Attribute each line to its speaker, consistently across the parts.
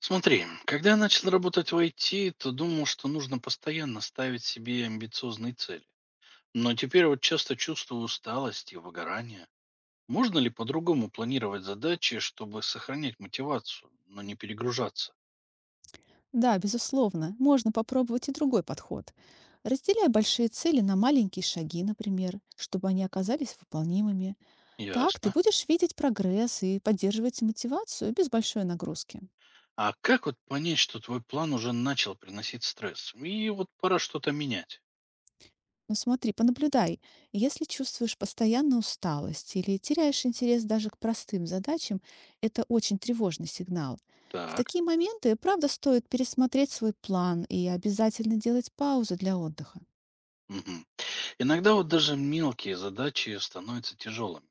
Speaker 1: Смотри, когда я начал работать в IT, то думал, что нужно постоянно ставить себе амбициозные цели. Но теперь вот часто чувствую усталость и выгорание. Можно ли по-другому планировать задачи, чтобы сохранять мотивацию, но не перегружаться?
Speaker 2: Да, безусловно, можно попробовать и другой подход. Разделяй большие цели на маленькие шаги, например, чтобы они оказались выполнимыми. Так ты
Speaker 1: Ясно.
Speaker 2: будешь видеть прогресс и поддерживать мотивацию без большой нагрузки.
Speaker 1: А как вот понять, что твой план уже начал приносить стресс? И вот пора что-то менять.
Speaker 2: Но смотри, понаблюдай. Если чувствуешь постоянную усталость или теряешь интерес даже к простым задачам, это очень тревожный сигнал. В
Speaker 1: Так.
Speaker 2: такие моменты, правда, стоит пересмотреть свой план и обязательно делать паузу для отдыха.
Speaker 1: Мгм. Иногда вот даже мелкие задачи становятся тяжелыми.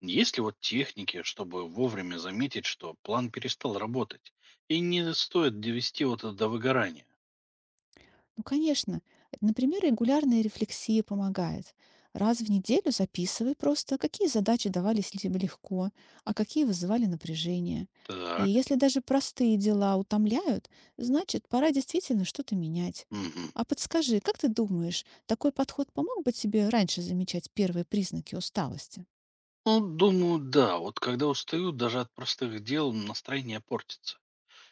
Speaker 1: Есть ли вот техники, чтобы вовремя заметить, что план перестал работать? И не стоит довести вот это до выгорания.
Speaker 2: Ну, конечно. Например, регулярная рефлексия помогает. Раз в неделю записывай просто, какие задачи давались тебе легко, а какие вызывали напряжение. И
Speaker 1: Так.
Speaker 2: если даже простые дела утомляют, значит, пора действительно что-то менять.
Speaker 1: Мгм.
Speaker 2: А подскажи, как ты думаешь, такой подход помог бы тебе раньше замечать первые признаки усталости?
Speaker 1: Ну, думаю, да. Вот когда устаю, даже от простых дел настроение портится.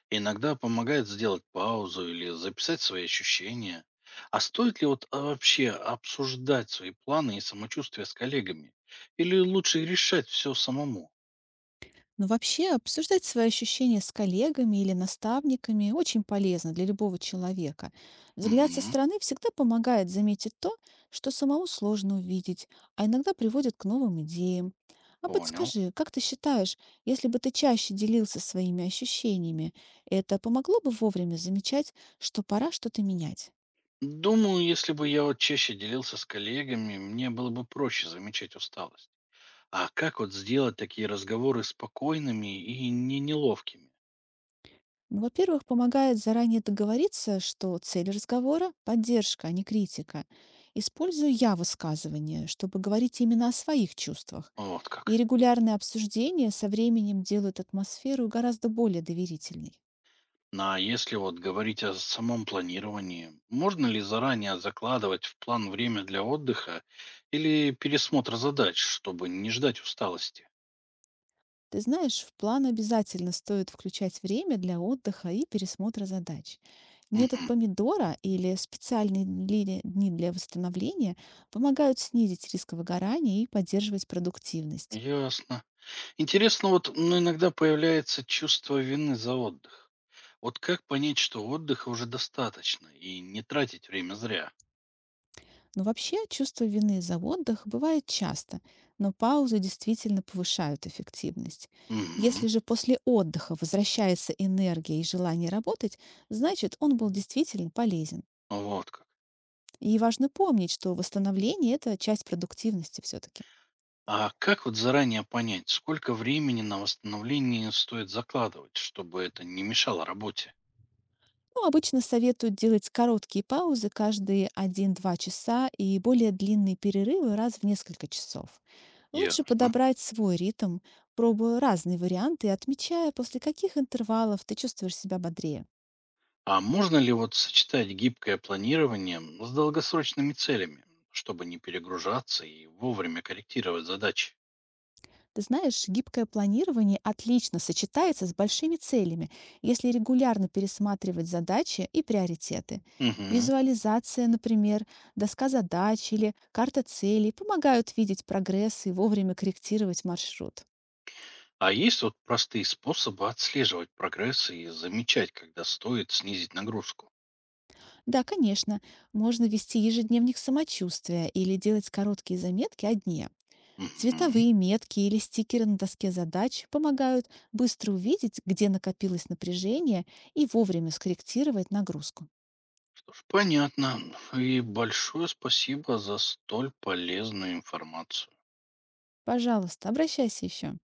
Speaker 1: Иногда помогает сделать паузу или записать свои ощущения. А стоит ли вот вообще обсуждать свои планы и самочувствие с коллегами? Или лучше решать все самому?
Speaker 2: Но вообще обсуждать свои ощущения с коллегами или наставниками очень полезно для любого человека. Взгляд со
Speaker 1: Мгм.
Speaker 2: стороны всегда помогает заметить то, что самому сложно увидеть, а иногда приводит к новым идеям. А
Speaker 1: Понял.
Speaker 2: подскажи, как ты считаешь, если бы ты чаще делился своими ощущениями, это помогло бы вовремя замечать, что пора что-то менять?
Speaker 1: Думаю, если бы я вот чаще делился с коллегами, мне было бы проще замечать усталость. А как вот сделать такие разговоры спокойными и не неловкими?
Speaker 2: Ну, во-первых, помогает заранее договориться, что цель разговора — поддержка, а не критика. Использую «я» высказывание, чтобы говорить именно о своих чувствах.
Speaker 1: Вот
Speaker 2: И
Speaker 1: как.
Speaker 2: регулярные обсуждения со временем делают атмосферу гораздо более доверительной.
Speaker 1: Ну, а если вот говорить о самом планировании, можно ли заранее закладывать в план время для отдыха или пересмотра задач, чтобы не ждать усталости?
Speaker 2: Ты знаешь, в план обязательно стоит включать время для отдыха и пересмотра задач. Метод
Speaker 1: Мгм.
Speaker 2: помидора или специальные дни для восстановления помогают снизить риск выгорания и поддерживать продуктивность.
Speaker 1: Ясно. Интересно, вот ну, иногда появляется чувство вины за отдых. Вот как понять, что отдыха уже достаточно и не тратить время зря?
Speaker 2: Но вообще чувство вины за отдых бывает часто, но паузы действительно повышают эффективность.
Speaker 1: Мгм.
Speaker 2: Если же после отдыха возвращается энергия и желание работать, значит, он был действительно полезен.
Speaker 1: Вот как.
Speaker 2: И важно помнить, что восстановление — это часть продуктивности все-таки.
Speaker 1: А как вот заранее понять, сколько времени на восстановление стоит закладывать, чтобы это не мешало работе?
Speaker 2: Ну, обычно советуют делать короткие паузы каждые один-два часа и более длинные перерывы раз в несколько часов. Лучше
Speaker 1: Ясно.
Speaker 2: подобрать свой ритм, пробуя разные варианты и отмечая, после каких интервалов ты чувствуешь себя бодрее.
Speaker 1: А можно ли вот сочетать гибкое планирование с долгосрочными целями, чтобы не перегружаться и вовремя корректировать задачи?
Speaker 2: Ты знаешь, гибкое планирование отлично сочетается с большими целями, если регулярно пересматривать задачи и приоритеты.
Speaker 1: Мгм.
Speaker 2: Визуализация, например, доска задач или карта целей помогают видеть прогресс и вовремя корректировать маршрут.
Speaker 1: А есть вот простые способы отслеживать прогресс и замечать, когда стоит снизить нагрузку?
Speaker 2: Да, конечно. Можно вести ежедневник самочувствия или делать короткие заметки о дне.
Speaker 1: Мгм.
Speaker 2: Цветовые метки или стикеры на доске задач помогают быстро увидеть, где накопилось напряжение и вовремя скорректировать нагрузку.
Speaker 1: Что ж, понятно. И большое спасибо за столь полезную информацию.
Speaker 2: Пожалуйста, обращайся еще.